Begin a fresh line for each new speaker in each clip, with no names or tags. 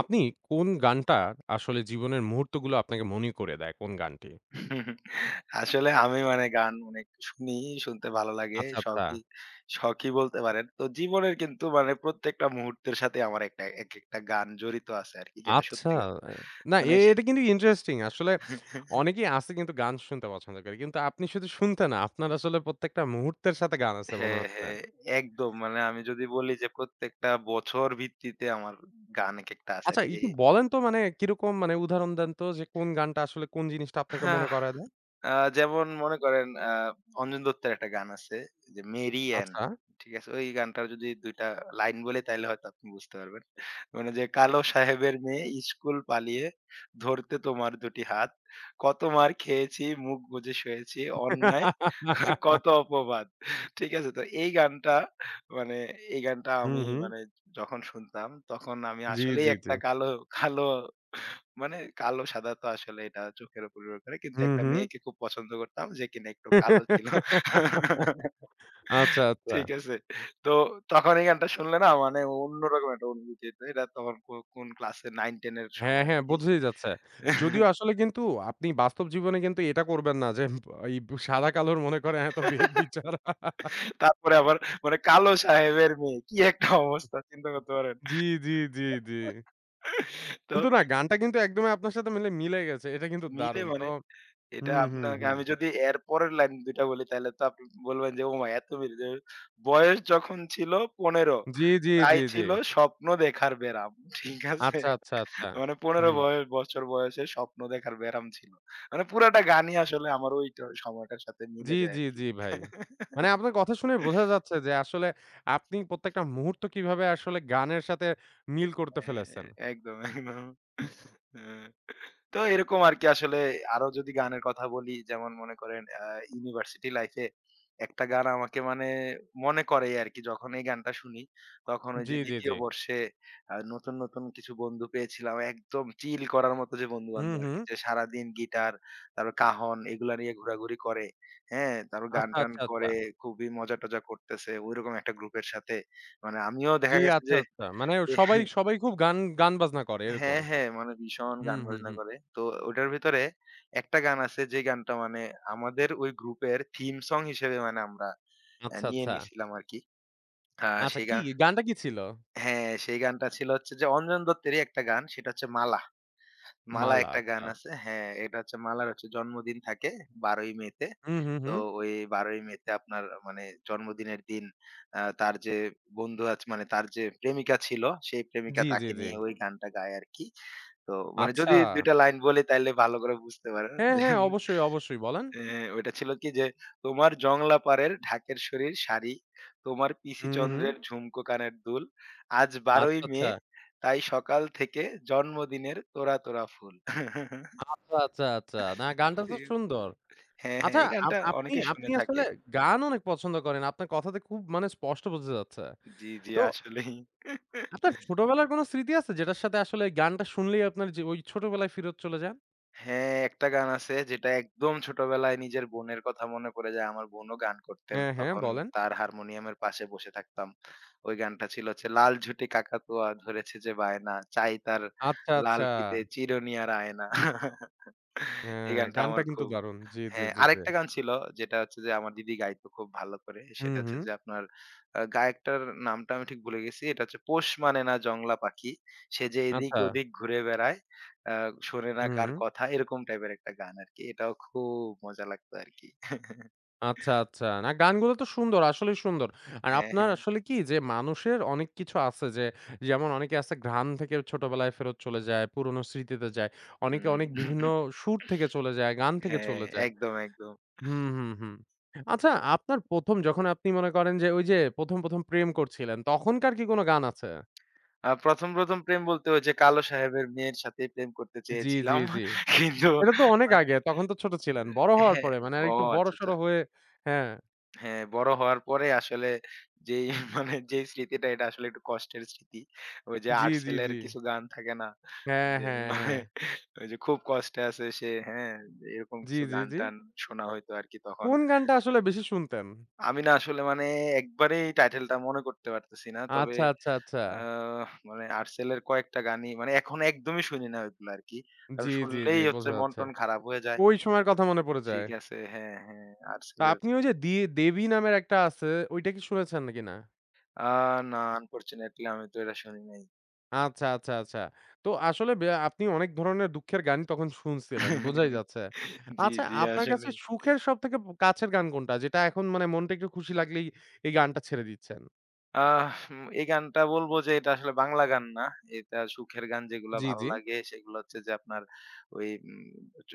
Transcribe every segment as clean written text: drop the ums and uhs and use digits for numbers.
আপনি কোন গানটা আসলে জীবনের মুহূর্তগুলো আপনাকে মনে করে দেয়? কোন গানটি?
আসলে আমি মানে গান অনেক শুনি, শুনতে ভালো লাগে।
আচ্ছা, আচ্ছা।
শখই, শখই বলতে পারেন। তো জীবনের কিন্তু মানে প্রত্যেকটা মুহূর্তের সাথে আমার একটা একেকটা গান জড়িত আছে আরকি যেটা
আচ্ছা।
সত্যি কথা।
এ না
মানে সে
এটা কিন্তু ইন্টারেস্টিং। আসলে অনেকেই আছে কিন্তু গান শুনতে পছন্দ করে। কিন্তু আপনি শুধু শুনতে না, আপনার আসলে প্রত্যেকটা মুহূর্তের সাথে গান আছে মনে
হ্যাঁ,
হচ্ছে।
হ্যাঁ, একদম মানে আমি যদি বলি যে প্রত্যেকটা বছর ভিত্তিতে আমার গান একেকটা আছে
আচ্ছা
আরকি যে
একটু বলেন তো মানে কিরকম মানে উদাহরণ দেন তো যে কোন গানটা আসলে কোন জিনিসটা আপনাকে মনে করায় দেয়?
আ যেমন মনে করেন অঞ্জন দত্তের একটা গান আছে যে 'মেরি অ্যান।'
আচ্ছা।
ঠিক আছে? ওই গানটার যদি ২ টা লাইন বলি তাইলে হয়তো আপনি বুঝতে পারবেন। মানে যে কালো সাহেবের মেয়ে স্কুল পালিয়ে ধরতে তোমার দুটি হাত। কত মার খেয়েছি মুখ বুজে শুয়েছি অন্যায় কত অপবাদ। ঠিক আছে? তো এই গানটা মানে এই গানটা
হুম,
আমি
হুম।
মানে যখন শুনতাম তখন আমি
জি,
আসলেই
জি, জি।
একটা কালো, কালো মানে কালো সাদা তো আসলে এটা চোখের উপর নির্ভর করে। কিন্তু
হুম,
একটা
হুম।
মেয়েকে খুব পছন্দ করতাম যে কিনা একটু কালো ছিল।
আচ্ছা, আচ্ছা।
ঠিক আছে। তো তখন এই গানটা শুনলে না মানে অন্যরকম একটা অনুভূতি হইতো। এটা তখন কোন ক্লাসে ৯-১০ এর
হ্যাঁ,
সময়
হ্যাঁ,
আরকি।
বোঝাই যাচ্ছে। যদিও আসলে কিন্তু আপনি বাস্তব জীবনে কিন্তু এটা করবেন না যে এই সাদা কালোর মনে করেন এত ভেদ বিচার।
তারপরে আবার মানে কালো সাহেবের মেয়ে। কি একটা অবস্থা চিন্তা করতে পারেন।
জি, জি, জি, জি।
তো
কিন্তু না গানটা কিন্তু একদমই আপনার সাথে মিলে মিলে গেছে। এটা কিন্তু
মিলে
দারুণ। তো
মানে এটা
হুম, হুম,
আপনাকে
হুম।
আমি যদি এর পরের লাইন ২ টা বলি তাহলে তো আপনি বলবেন যে ওমা! এত বেড়ে যাবে। বয়স যখন ছিল ১৫
জি, জি,
তাই
জি, জি।
ছিল স্বপ্ন দেখার ব্যারাম। ঠিক আছে?
আচ্ছা, আচ্ছা, আচ্ছা।
মানে ১৫
হুম।
বছর বয়সে স্বপ্ন দেখার ব্যারাম ছিল। মানে পুরাটা গানই আসলে আমার ওই সময়টার সাথে
জি,
মিলে যায়
জি,
আরকি।
জি ভাই। মানে আপনার কথা শুনে বোঝা যাচ্ছে যে আসলে আপনি প্রত্যেকটা মুহূর্ত কিভাবে আসলে গানের সাথে মিল করতে
হ্যাঁ,
ফেলেছেন।
একদম, একদম।
হুম,
হ্যাঁ। তো এরকম আরকি আসলে আরো যদি গানের কথা বলি যেমন মনে করেন ইউনিভার্সিটি লাইফে একটা গান আমাকে মানে মনে করায় আরকি যখন এই গানটা শুনি তখন ওই
জি,
যে
জি,
২য়
জি।
বর্ষে নতুন, নতুন কিছু বন্ধু পেয়েছিলাম। একদম চিল করার মতো যে
হুম,
বন্ধু-বান্ধব
হুম।
আরকি যে সারাদিন গিটার তারপর কাহন এগুলা নিয়ে ঘোরাঘুরি করে, হ্যাঁ? তারপর
আচ্ছা,
গান-টান
আচ্ছা, আচ্ছা।
করে খুবই মজা-টজা করতেছে। ঐরকম একটা গ্রুপের সাথে মানে আমিও দেখা
জি,
গেছে
আচ্ছা,
যে
আচ্ছা। মানে সবাই খুব গান, গান বাজনা করে এরকম।
হ্যাঁ, হ্যাঁ, মানে ভীষণ
হুম,
গান
হুম,
বাজনা
হুম।
করে। তো ওটার ভেতরে একটা গান আছে যে গানটা মানে আমাদের ওই গ্রুপের থিম সং হিসেবে মানে আমরা
আচ্ছা,
নিয়ে
আচ্ছা।
নিছিলাম আরকি।
আচ্ছা
সেই
কি
গান
গানটা কি ছিল?
হ্যাঁ, সেই গানটা ছিল হচ্ছে যে অঞ্জন দত্তেরই একটা গান সেটা হচ্ছে 'মালা।' 'মালা'
'মালা'
একটা গান
আচ্ছা।
আছে। হ্যাঁ, এটা হচ্ছে মালার হচ্ছে জন্মদিন থাকে ১২ই মে তে।
হুম, হুম,
তো
হুম।
ওই ১২ই মে তে আপনার মানে জন্মদিনের দিন তার যে বন্ধু আছে মানে তার যে প্রেমিকা ছিল সেই প্রেমিকা
জি, জি,
তাকে
জি।
নিয়ে ওই গানটা গায় আরকি। তো মানে
আচ্ছা।
যদি ২ টা লাইন বলি তাইলে ভালো করে বুঝতে পারেন।
হ্যাঁ, হ্যাঁ, অবশ্যই, অবশ্যই বলেন।
এ ওইটা ছিল কি যে, "তোমার জংলা পাড়ের ঢাকের শরীর শাড়ি, তোমার পিসি
হুম, হুম।
চন্দ্রের ঝুমকো কানের দুল, আজ
আচ্ছা,
১২ই মে
আচ্ছা।
তাই সকাল থেকে জন্মদিনের তোড়া, তোড়া ফুল।"
আচ্ছা, আচ্ছা, আচ্ছা। না গানটা
জি।
তো সুন্দর।
হ্যাঁ, হ্যাঁ,
আচ্ছা
এই গানটা অনেকেই
আপনি
শুনে
আসলে
থাকে।
গান অনেক পছন্দ করেন। আপনার কথাতে খুব মানে স্পষ্ট বোঝা যাচ্ছে।
জি, জি
তো
আসলেই।
আপনার ছোটবেলার কোন স্মৃতি আছে যেটার সাথে আসলে গানটা শুনলেই আপনার যে ওই ছোটবেলায় ফেরত চলে যান?
হ্যাঁ, একটা গান আছে যেটা একদম ছোটবেলায় নিজের বোনের কথা মনে পড়ে যায়। আমার বোনও গান করতেন।
হ্যাঁ, হ্যাঁ,
তখন
বলেন।
তার হারমোনিয়ামের পাশে বসে থাকতাম। ওই গানটা ছিল হচ্ছে, লাল ঝুঁটি কাকাতুয়া ধরেছে যে বায়না, চাই তার
আচ্ছা,
লাল
আচ্ছা।
ফিতে চিরুনি আর আয়না। এই
হ্যাঁ,
গানটা
গানটা
আমার
কিন্তু
খুব
দারুণ। জি, জি,
হ্যাঁ,
জি, জি।
আরেকটা গান ছিল যেটা হচ্ছে যে আমার দিদি গাইতো খুব ভালো করে।
হুম,
সেটা হচ্ছে
হুম।
যে আপনার গায়কটার নামটা আমি ঠিক ভুলে গেছি। এটা হচ্ছে 'পোষ মানে না জংলা পাখি, সে যে এদিক
আচ্ছা।
ওদিক ঘুরে বেড়ায়, আ শোনে না
হুম।
কার কথা।' এরকম টাইপের একটা গান আরকি। এটাও খুব মজা লাগতো আরকি।
আচ্ছা, আচ্ছা। না গানগুলো তো সুন্দর, আসলেই সুন্দর। আর
হ্যাঁ,
আপনার
হ্যাঁ।
আসলে কি যে মানুষের অনেক কিছু আছে যে যেমন অনেকে আছে ঘ্রাণ থেকে ছোটবেলায় ফেরত চলে যায়, পুরনো স্মৃতিতে যায়। অনেকে
হুম।
অনেক বিভিন্ন সুর থেকে চলে যায়, গান থেকে
হ্যাঁ,
চলে যায়।
একদম, একদম।
হুম, হুম, হুম। আচ্ছা আপনার ১ম যখন আপনি মনে করেন যে ওই যে ১ম প্রেম করছিলেন তখনকার কি কোন গান আছে?
১ম, ১ম প্রেম বলতে ওই যে কালো সাহেবের মেয়ের সাথে প্রেম করতে
জি, জি,
চেয়েছিলাম।
জি।
কিন্তু
এটা তো অনেক
আ
আগে। তখন তো ছোট ছিলেন। বড় হওয়ার
হ্যাঁ,
পরে মানে
ও
আরেকটু
আচ্ছা,
বড়সড়
আচ্ছা।
হয়ে হ্যাঁ।
হ্যাঁ, বড় হওয়ার পরে আসলে যেই মানে যেই স্মৃতিটা এটা আসলে একটু কষ্টের স্মৃতি। ওই যে
জি, জি,
আর্টসেলের
জি।
কিছু গান থাকে না?
হ্যাঁ,
যে
হ্যাঁ,
মানে
হ্যাঁ।
ওই যে খুব কষ্টে আছে সে হ্যাঁ, যে এরকম
জি,
কিছু
জি, জি।
গান-টান শোনা হইতো আরকি তখন।
কোন গানটা আসলে বেশি শুনতেন?
আমি না আসলে মানে একবারেই টাইটেলটা মনে করতে পারতেছি না। তবে
আচ্ছা, আচ্ছা, আচ্ছা।
আহ মানে আর্টসেলের কয়েকটা গানই মানে এখন একদমই শুনি না ওইগুলো আরকি। কারণ
জি, জি, জি।
শুনলেই হচ্ছে
বোঝা যাচ্ছে।
মন-টন খারাপ হয়ে যায়।
ওই সময়ের কথা মনে পড়ে যায়।
ঠিক আছে। হ্যাঁ, হ্যাঁ,
তো
আর্টসেলের
আপনি ওই যে দেবী নামের একটা আছে, ওইটা কি শুনেছেন কিনা?
আ না আনফরচুনেটলি আমি তো এটা শুনি নাই।
আচ্ছা, আচ্ছা, আচ্ছা। তো আসলে আপনি অনেক ধরনের দুঃখের গানই তখন শুনছিলেন। বোঝাই যাচ্ছে।
জি,
আচ্ছা
জি,
আপনার কাছে
আসলেই।
সুখের সবথেকে কাছের গান কোনটা? যেটা এখন মানে মনটা একটু খুশি লাগলেই এই গানটা ছেড়ে দিচ্ছেন?
আহ এই গানটা বলবো যে এটা আসলে বাংলা গান না। এটা সুখের গান যেগুলা
জি,
ভালো
জি।
লাগে সেগুলো হচ্ছে যে আপনার ওই চ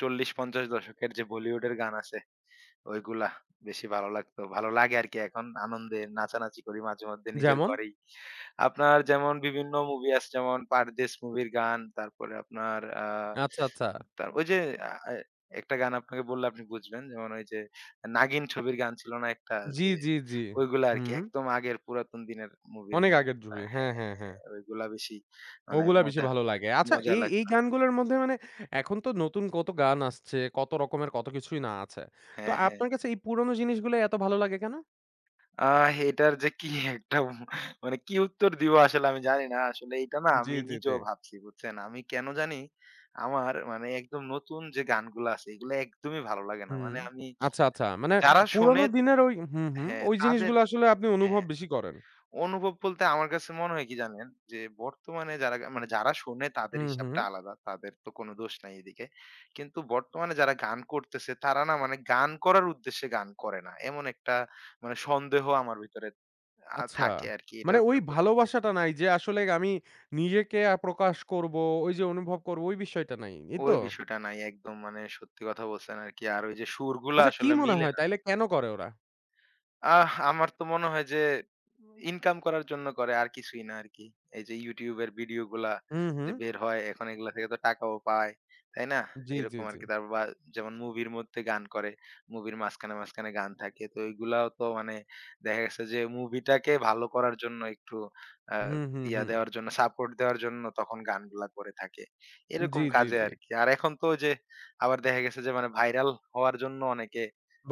৪০-৫০ দশকের যে বলিউডের গান আছে ওইগুলা বেশি ভালো লাগতো। ভালো লাগে আরকি এখন আনন্দে নাচানাচি করি মাঝে মধ্যে নিজের
যেমন?
ঘরেই। আপনার যেমন বিভিন্ন মুভি আছে যেমন 'পারদেশ' মুভির গান, তারপরে আপনার
আচ্ছা, আচ্ছা।
তার ওই যে আ এ একটা গান আপনাকে বললে আপনি বুঝবেন। যেমন ওই যে 'নাগিন' ছবির গান ছিল না একটা?
জি,
যে
জি, জি।
ওইগুলা আরকি
হুম।
একদম আগের পুরাতন দিনের মুভির
অনেক
গান।
আগের ছবি। হ্যাঁ,
হ্যাঁ,
হ্যাঁ, হ্যাঁ।
হ্যাঁ, ওইগুলা বেশি মানে
ওগুলা বেশি
মজা
ভালো লাগে। আচ্ছা
মজা
এই
লাগতো।
গানগুলোর মধ্যে মানে এখন তো নতুন কত গান আসছে, কত রকমের কত কিছুই না আছে। তো
হ্যাঁ, হ্যাঁ।
আপনার কাছে এই পুরনো জিনিসগুলো এত ভালো লাগে কেন?
আহ এটার যে কি একটা মানে কি উত্তর দিব আসলে আমি জানি না। আসলে এটা না
জি,
আমি
জি, জি।
নিজেও ভাবছি বুঝছেন? আমি কেন জানি আমার মানে একদম নতুন যে গানগুলা আছে এগুলা একদমই ভালো লাগে না।
হুম।
মানে আমি
আচ্ছা, আচ্ছা। মানে
যারা শোনে
পুরোনো দিনের ওই হুম, হুম।
হ্যাঁ,
ওই
তাদের
জিনিসগুলো আসলে আপনি অনুভব
হ্যাঁ।
বেশি করেন।
অনুভব বলতে আমার কাছে মনে হয় কি জানেন? যে বর্তমানে যারা মানে যারা শোনে তাদের
হুম, হুম।
হিসাবটা আলাদা। তাদের তো কোনো দোষ নাই এদিকে। কিন্তু বর্তমানে যারা গান করতেছে তারা না মানে গান করার উদ্দেশ্যে গান করে না। এমন একটা মানে সন্দেহ আমার ভিতরে
আচ্ছা।
থাকে আরকি। এটা
মানে ওই
হচ্ছে
ভালোবাসাটা নাই যে আসলে আমি নিজেকে প্রকাশ করব, ওই যে অনুভব করব ওই বিষয়টা নাই। এই
ওই
তো?
বিষয়টা নাই। একদম মানে সত্যি কথা বলছেন আরকি। আর ওই যে সুরগুলা
আচ্ছা কি
আসলে
মনে
মিলে
হয় তাইলে কেন করে ওরা?
আহ! আমার তো মনে হয় যে ইনকাম করার জন্য করে আর কিছুই না আরকি। এই যে YouTube এর ভিডিও গুলা
হুম, হুম।
যে বের হয় এখন এগুলা থেকে তো টাকাও পায়। তাই না?
জি, জি,
এরকম
জি।
আরকি। তারপর বা যেমন মুভির মধ্যে গান করে। মুভির মাঝখানে, মাঝখানে গান থাকে। তো এগুলাও তো মানে দেখা গেছে যে মুভিটাকে ভালো করার জন্য একটু আ
হুম, হুম,
ইয়া
হুম।
দেওয়ার জন্য সাপোর্ট দেওয়ার জন্য তখন গানগুলা করে থাকে। এরকম
জি, জি,
কাজে
জি।
আরকি। আর এখন তো ওই যে আবার দেখা গেছে যে মানে ভাইরাল হওয়ার জন্য অনেকে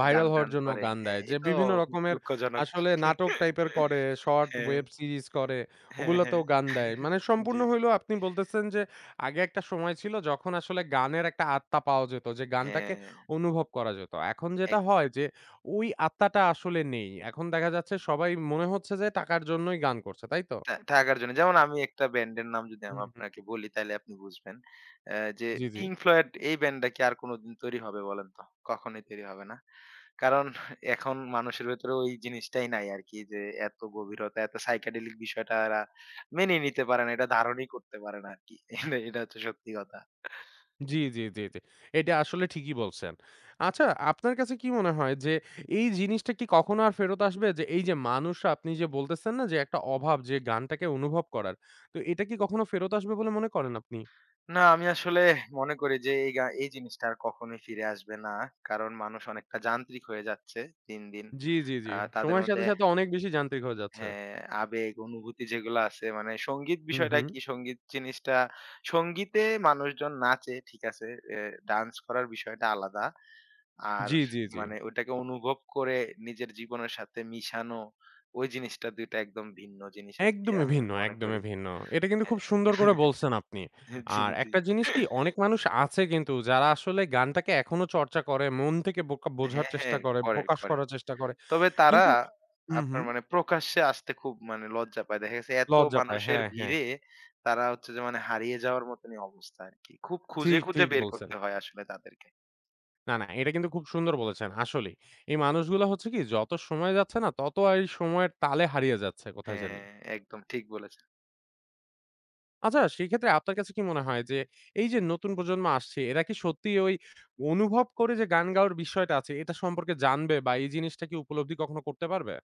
ভাইরাল হওয়ার
গান-টান
জন্য
করে।
গান দেয়।
হ্যাঁ,
যে
এটাও
বিভিন্ন রকমের
দুঃখজনক।
আসলে নাটক টাইপের করে, শর্ট
হ্যাঁ,
ওয়েব সিরিজ করে,
হ্যাঁ, হ্যাঁ।
ওগুলোতেও গান দেয়। মানে
জি।
সম্পূর্ণ হইলেও আপনি বলতেছেন যে আগে একটা সময় ছিল যখন আসলে গানের একটা আত্মা পাওয়া যেত। যে গানটাকে
হ্যাঁ,
অনুভব করা যেত। এখন যেটা
এক
হয় যে ওই আত্মাটা আসলে নেই। এখন দেখা যাচ্ছে সবাই মনে হচ্ছে যে টাকার জন্যই গান করছে, তাই তো?
থা থাকার জন্য। যেমন আমি একটা ব্যান্ডের নাম যদি আমি
হুম, হুম।
আপনাকে বলি তাইলে আপনি বুঝবেন। যে
জি, জি।
'Pink Floyd' এই ব্যান্ডটা কি আর কোনদিন তৈরি হবে বলেন তো? কখনোই তৈরি হবে না। কারণ এখন মানুষের ভেতরে ওই জিনিসটাই নাই আরকি যে এত গভীরতা, এত psychedelic বিষয়টা এরা মেনে নিতে পারে না। এটা ধারণই করতে পারে না আরকি। এটা এটা হচ্ছে সত্যি কথা।
জি, জি, জি, জি। এটা আসলে ঠিকই বলছেন। আচ্ছা, আপনার কাছে কি মনে হয় যে এই জিনিসটা কি কখনো আর ফেরত আসবে? যে এই যে মানুষরা আপনি যে বলতেছেন না যে একটা অভাব যে গানটাকে অনুভব করার। তো এটা কি কখনো ফেরত আসবে বলে মনে করেন আপনি?
না, আমি আসলে মনে করি যে এই এই জিনিসটা আর কখনোই ফিরে আসবে না। কারণ মানুষ অনেকটা যান্ত্রিক হয়ে যাচ্ছে দিন, দিন।
জি, জি, জি।
তাদের
সময়ের সাথে,
মধ্যে
সাথে অনেক বেশি যান্ত্রিক হয়ে যাচ্ছে।
হ্যাঁ, আবেগ, অনুভূতি যেগুলো আছে মানে সঙ্গীত
হুম,
বিষয়টা
হুম।
কি? সঙ্গীত জিনিসটা সঙ্গীতে মানুষজন নাচে ঠিক আছে। এ ডান্স করার বিষয়টা আলাদা। আর
জি, জি, জি।
মানে ওইটাকে অনুভব করে নিজের জীবনের সাথে মিশানো, ওই জিনিসটা ২ টা একদম ভিন্ন জিনিস আরকি
একদমই
আমি
ভিন্ন,
মনে
একদমই
করি।
ভিন্ন। এটা কিন্তু খুব
হ্যাঁ।
সুন্দর করে বলছেন আপনি।
জি,
আর
জি।
একটা জিনিস কি অনেক মানুষ আছে কিন্তু যারা আসলে গানটাকে এখনো চর্চা করে, মন থেকে বোকা বোঝার
হ্যাঁ,
চেষ্টা
হ্যাঁ।
করে,
করে,
প্রকাশ
করে।
করার চেষ্টা করে।
তবে তারা
কিন্তু হুম,
আপনার
হুম।
মানে প্রকাশ্যে আসতে খুব মানে লজ্জা পায়। দেখা গেছে এত
লজ্জা পায়।
মানুষের
হ্যাঁ, হ্যাঁ।
ভিড়ে তারা হচ্ছে যে মানে হারিয়ে যাওয়ার মতনই অবস্থা আরকি। খুব খুঁজে,
ঠিক,
খুঁজে
ঠিক
বের
বলছেন।
করতে হয় আসলে তাদেরকে।
না, না এটা কিন্তু খুব সুন্দর বলেছেন। আসলেই। এই মানুষগুলা হচ্ছে কি যত সময় যাচ্ছে না তত আর এই সময়ের তালে হারিয়ে যাচ্ছে কোথায় জানি।
হ্যাঁ, একদম ঠিক বলেছেন।
আচ্ছা সেক্ষেত্রে আপনার কাছে কি মনে হয় যে এই যে নতুন প্রজন্ম আসছে এরা কি সত্যিই ওই অনুভব করে যে গান গাওয়ার বিষয়টা আছে এটা সম্পর্কে জানবে বা এই জিনিসটা কি উপলব্ধি কখনো করতে পারবে?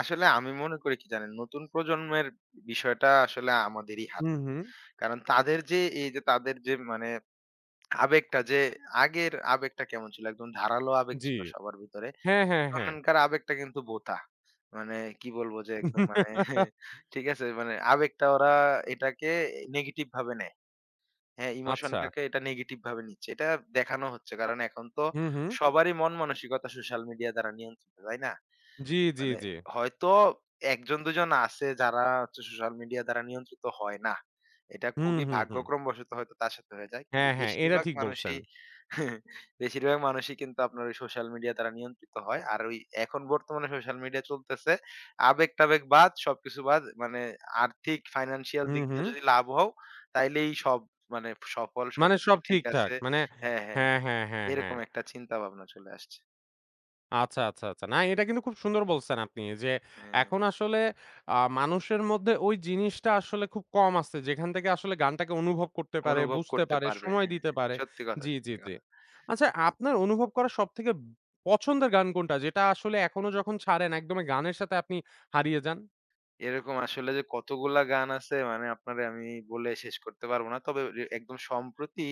আসলে আমি মনে করি কি জানেন, নতুন প্রজন্মের বিষয়টা আসলে আমাদেরই
হুম,
হাতে।
হুম।
কারণ তাদের যে এই যে তাদের যে মানে আবেগটা যে আগের আবেগটা কেমন ছিল? একদম ধারালো আবেগ
জি।
ছিল সবার ভিতরে।
হ্যাঁ, হ্যাঁ, হ্যাঁ।
এখনকার আবেগটা কিন্তু ভোঁতা। মানে কি বলবো যে একদম মানে ঠিক আছে? মানে আবেগটা ওরা এটাকে নেগেটিভ ভাবে নেয়। হ্যাঁ,
আচ্ছা।
ইমোশনটাকে এটা নেগেটিভ ভাবে নিচ্ছে। এটা দেখানো হচ্ছে। কারণ এখন তো
হুম, হুম।
সবারই মন মানসিকতা সোশ্যাল মিডিয়া দ্বারা নিয়ন্ত্রিত, তাই না?
জি, জি,
মানে
জি।
হয়তো ১ জন ২ জন আছে যারা হচ্ছে সোশ্যাল মিডিয়া দ্বারা নিয়ন্ত্রিত হয় না। এটা
হুম,
খুবই
হুম, হুম।
ভাগ্যক্রমবশত হয়তো তার সাথে হয়ে যায়। কিন্তু
হ্যাঁ, হ্যাঁ। এটা
বেশিরভাগ
ঠিক বলছেন।
মানুষই বেশিরভাগ মানুষই কিন্তু আপনার ওই সোশ্যাল মিডিয়া দ্বারা নিয়ন্ত্রিত হয়। আর ওই এখন বর্তমানে সোশ্যাল মিডিয়া চলতেছে আবেগ-টাবেগ বাদ, সবকিছু বাদ। মানে আর্থিক ফাইন্যান্সিয়াল
হুম,
দিক
হুম।
দিয়ে যদি লাভ হও তাইলেই সব মানে সফল
মানে
সবকিছু
সব
ঠিক
ঠিকঠাক।
আছে।
মানে
হ্যাঁ, হ্যাঁ।
হ্যাঁ, হ্যাঁ, হ্যাঁ,
এরকম
হ্যাঁ।
একটা চিন্তা ভাবনা চলে আসছে।
আচ্ছা, আচ্ছা, আচ্ছা। না এটা কিন্তু খুব সুন্দর বলছেন আপনি যে
হ্যাঁ।
এখন আসলে মানুষের মধ্যে ওই জিনিসটা আসলে খুব কম আছে। যেখান থেকে আসলে গানটাকে অনুভব করতে পারে,
অনুভব
বুঝতে
করতে
পারে,
পারবে। হ্যাঁ,
সময়
হ্যাঁ।
দিতে পারে।
সত্যি কথা,
জি, জি,
সত্যি
জি।
কথা।
আচ্ছা আপনার অনুভব করা সবথেকে পছন্দের গান কোনটা? যেটা আসলে এখনো যখন ছাড়েন একদমই গানের সাথে আপনি হারিয়ে যান?
এরকম আসলে যে কতগুলা গান আছে মানে আপনারে আমি বলে শেষ করতে পারব না। তবে রে একদম সম্প্রতি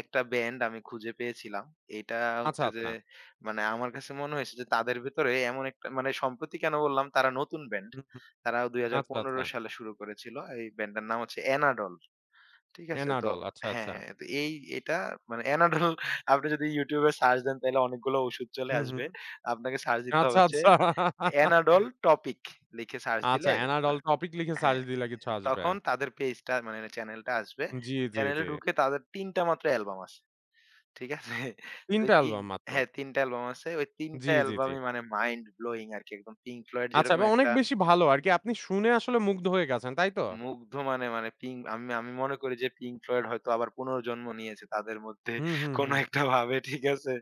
একটা ব্যান্ড আমি খুঁজে পেয়েছিলাম। এটা
আচ্ছা,
হচ্ছে যে
আচ্ছা।
মানে আমার কাছে মনে হয়েছে যে তাদের ভেতরে এমন একটা মানে সম্প্রতি কেন বললাম তারা নতুন ব্যান্ড।
হুম, হুম।
তারা
আচ্ছা, আচ্ছা।
২০১৫ সালে শুরু করেছিল। এই ব্যান্ডটার নাম হচ্ছে এনাডল। ঠিক আছে? তো
এনাডল আচ্ছা,
হ্যাঁ,
আচ্ছা।
হ্যাঁ। তো এই এটা মানে এনাডল আপনি যদি YouTube এ সার্চ দেন তাইলে অনেকগুলো ওষুধ চলে
হুম,
আসবে।
হুম।
আপনাকে সার্চ দিতে
আচ্ছা,
হবে হচ্ছে
আচ্ছা।
এনাডোল টপিক লিখে সার্চ
আচ্ছা,
দিলে
এনাডল
তা
টপিক লিখে সার্চ
হ্যাঁ,
দিলে কিছু আসবে।
তখন তাদের পেজটা মানে চ্যানেলটা আসবে।
জি, জি,
চ্যানেলে
জি।
ঢুকে তাদের ৩ টা মাত্র অ্যালবাম আছে। ঠিক আছে?
৩
ওই
টা
৩
অ্যালবাম মাত্র।
হ্যাঁ, ৩ টা অ্যালবাম আছে। ওই ৩
জি,
টা
জি, জি।
অ্যালবামই মানে মাইন্ড ব্লোইং আরকি। একদম পিঙ্ক ফ্লয়েড
আচ্ছা
যেরকম
বা অনেক
একটা
বেশি ভালো আরকি। আপনি শুনে আসলে মুগ্ধ হয়ে গেছেন, তাই তো?
মুগ্ধ মানে মানে আমি আমি মনে করি যে পিঙ্ক ফ্লয়েড হয়তো আবার পুনর্জন্ম নিয়েছে তাদের মধ্যে
হুম, হুম,
কোনো
হুম।
একটা ভাবে। ঠিক আছে?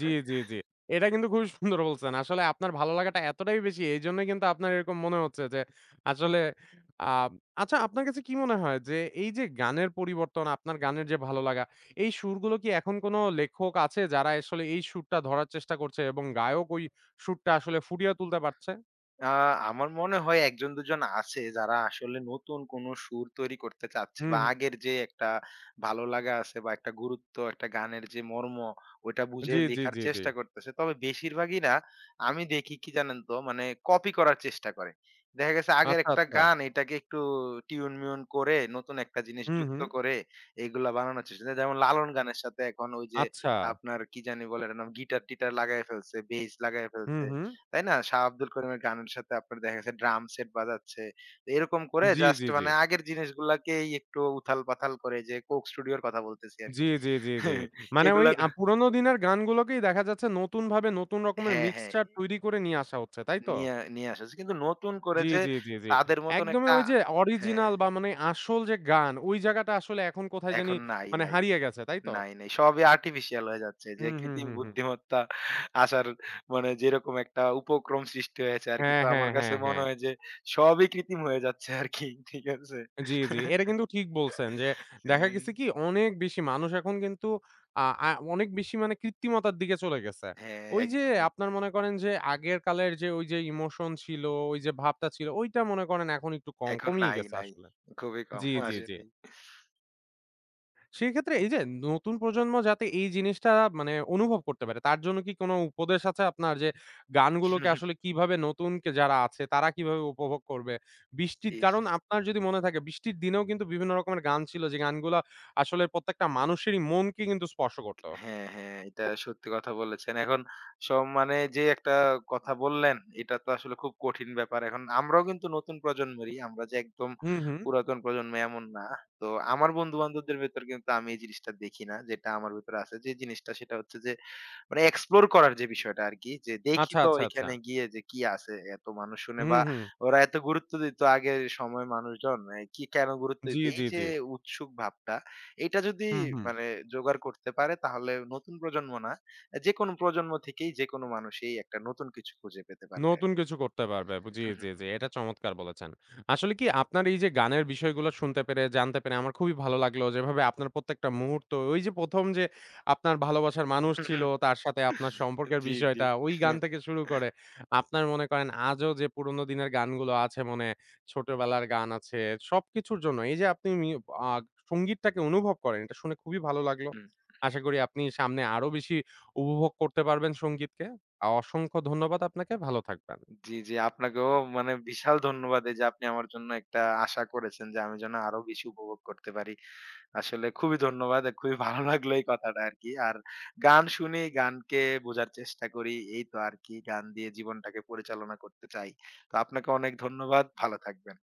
জি, জি, জি। এটা কিন্তু খুবই সুন্দর বলছেন। আসলে আপনার ভালো লাগাটা এতটাই বেশি এইজন্যই কিন্তু আপনার এরকম মনে হচ্ছে যে আসলে আ আচ্ছা আপনার কাছে কি মনে হয় যে এই যে গানের পরিবর্তন, আপনার গানের যে ভালো লাগা, এই সুরগুলো কি এখন কোনো লেখক আছে যারা আসলে এই সুরটা ধরার চেষ্টা করছে এবং গায়ক ওই সুরটা আসলে ফুটিয়ে তুলতে পারছে?
আ আমার মনে হয় ১ জন ২ জন আছে যারা আসলে নতুন কোন সুর তৈরি করতে চাচ্ছে
হুম,
বা
হুম।
আগের যে একটা ভালো লাগা আছে বা একটা গুরুত্ব একটা গানের যে মর্ম ওইটা বুঝে
জি, জি,
লেখার
জি, জি।
চেষ্টা করতেছে। তবে বেশিরভাগই না আমি দেখি কি জানেন তো মানে কপি করার চেষ্টা করে। দেখা গেছে আগের
আচ্ছা,
একটা
আচ্ছা।
গান এটাকে একটু টিউন মিউন করে নতুন একটা জিনিস
হুম,
যুক্ত
হুম।
করে এগুলা বানানোর চেষ্টা করে। যেমন লালন গানের সাথে এখন ওই যে
আচ্ছা।
আপনার কি জানি বলে এটার নাম গিটার-টিটার লাগায় ফেলছে, বেইস লাগায়
হুম,
ফেলছে।
হুম।
তাই না? শাহ আব্দুল করিমের গানের সাথে আপনার দেখা গেছে ড্রাম সেট বাজাচ্ছে। তো এরকম করে
জি,
জাস্ট
জি, জি।
মানে আগের জিনিসগুলাকেই একটু উথাল-পাথাল করে যে কোক স্টুডিওর কথা বলতেছি
জি,
আরকি।
জি, জি, জি। মানে ওই
এগুলা
পুরোনো দিনের গানগুলোকেই দেখা যাচ্ছে নতুনভাবে নতুন রকমের
হ্যাঁ, হ্যাঁ।
মিক্সচার তৈরি করে নিয়ে আসা হচ্ছে, তাই তো?
নিয়ে নিয়ে আসা হয়েছে। কিন্তু নতুন করে
জি,
যে
জি, জি, জি।
তাদের মতন
একদমই
একটা
ওই যে
হ্যাঁ,
অরিজিনাল বা মানে আসল যে গান ওই জায়গাটা আসলে এখন কোথায় জানি
এখন নাই,
মানে
নাই।
হারিয়ে গেছে, তাই তো?
নাই, নাই। সবই আর্টিফিশিয়াল হয়ে যাচ্ছে। যে
হুম, হুম,
কৃত্রিম
হুম, হুম।
বুদ্ধিমত্তা আসার মানে যেরকম একটা উপক্রম সৃষ্টি হয়েছে আরকি।
হ্যাঁ,
তো
হ্যাঁ,
আমার কাছে
হ্যাঁ,
মনে
হ্যাঁ।
হয় যে সবই কৃত্রিম হয়ে যাচ্ছে আরকি। ঠিক আছে?
জি, জি। এটা কিন্তু ঠিক বলছেন যে দেখা
হ্যাঁ,
গেছে কি অনেক বেশি মানুষ এখন কিন্তু আ আ অনেক বেশি মানে কৃত্রিমতার দিকে চলে গেছে।
হ্যাঁ,
ওই যে
একদম,
আপনার
একদম।
মনে করেন যে আগের কালের যে ওই যে ইমোশন ছিল, ওই যে ভাবটা ছিল, ওইটা মনে করেন এখন একটু কম
এখন
কমিয়ে
নাই,
গেছে
নাই।
আসলে।
খুবই কম
জি, জি, জি।
আসলেই।
সেক্ষেত্রে এই যে নতুন প্রজন্ম যাতে এই জিনিসটা মানে অনুভব করতে পারে তার জন্য কি কোনো উপদেশ আছে আপনার যে গানগুলোকে আসলে কিভাবে নতুন কে যারা আছে তারা কিভাবে উপভোগ করবে? বৃষ্টির
ইস!
কারণ আপনার যদি মনে থাকে বৃষ্টির দিনেও কিন্তু বিভিন্ন রকমের গান ছিল যে গানগুলা আসলে প্রত্যেকটা মানুষেরই মনকে কিন্তু স্পর্শ করত।
হ্যাঁ, হ্যাঁ, এটা সত্যি কথা বলেছেন। এখন সম্মানে যে একটা কথা বললেন, এটা তো আসলে খুব কঠিন ব্যাপার। এখন আমরাও কিন্তু নতুন প্রজন্মেরই। আমরা যে একদম
হুম, হুম।
পুরাতন প্রজন্ম এমন না। তো আমার বন্ধু-বান্ধবদের ভেতর কিন্তু আমি এই জিনিসটা দেখি না। যেটা আমার ভেতরে আছে যে জিনিসটা সেটা হচ্ছে যে মানে এক্সপ্লোর করার যে বিষয়টা আরকি। যে দেখি
আচ্ছা,
তো
আচ্ছা, আচ্ছা।
এখানে গিয়ে যে কি আছে এত মানুষ শুনে
হুম,
বা
হুম।
ওরা এত গুরুত্ব দিত আগের সময়ের মানুষজন। এ কি কেন গুরুত্ব
জি,
দিত? এই
জি, জি।
যে উৎসুক ভাবটা, এটা যদি
হুম, হুম।
মানে জোগাড় করতে পারে তাহলে নতুন প্রজন্ম না, যেকোনো প্রজন্ম থেকেই যেকোনো মানুষই একটা নতুন কিছু খুঁজে পেতে পারবে।
নতুন কিছু করতে পারবে। জি, জি, জি। এটা চমৎকার বলেছেন। আসলে কি আপনার এই যে গানের বিষয়গুলো শুনতে পেরে, জানতে পেরে আমার খুবই ভালো লাগলো। যেভাবে আপনার প্রত্যেকটা মুহূর্ত, ওই যে ১ম যে আপনার ভালোবাসার মানুষ ছিল, তার সাথে আপনার সম্পর্কের
জি, জি।
বিষয়টা, ওই গান থেকে শুরু করে আপনার মনে করেন আজও যে পুরোনো দিনের গানগুলো আছে মনে, ছোটবেলার গান আছে, সবকিছুর জন্য এই যে আপনি মি আ সংগীতটাকে অনুভব করেন, এটা শুনে খুবই ভালো লাগলো।
হুম।
আশা করি আপনি সামনে আরো বেশি উপভোগ করতে পারবেন সংগীতকে। অসংখ্য ধন্যবাদ আপনাকে। ভালো থাকবেন।
জি, জি। আপনাকেও মানে বিশাল ধন্যবাদ এই যে আপনি আমার জন্য একটা আশা করেছেন যে আমি যেন আরো বেশি উপভোগ করতে পারি। আসলে খুবই ধন্যবাদ। খুবই ভালো লাগলো এই কথাটা আরকি। আর গান শুনি, গানকে বোঝার চেষ্টা করি। এই তো আরকি গান দিয়ে জীবনটাকে পরিচালনা করতে চাই। তো আপনাকে অনেক ধন্যবাদ। ভালো থাকবেন।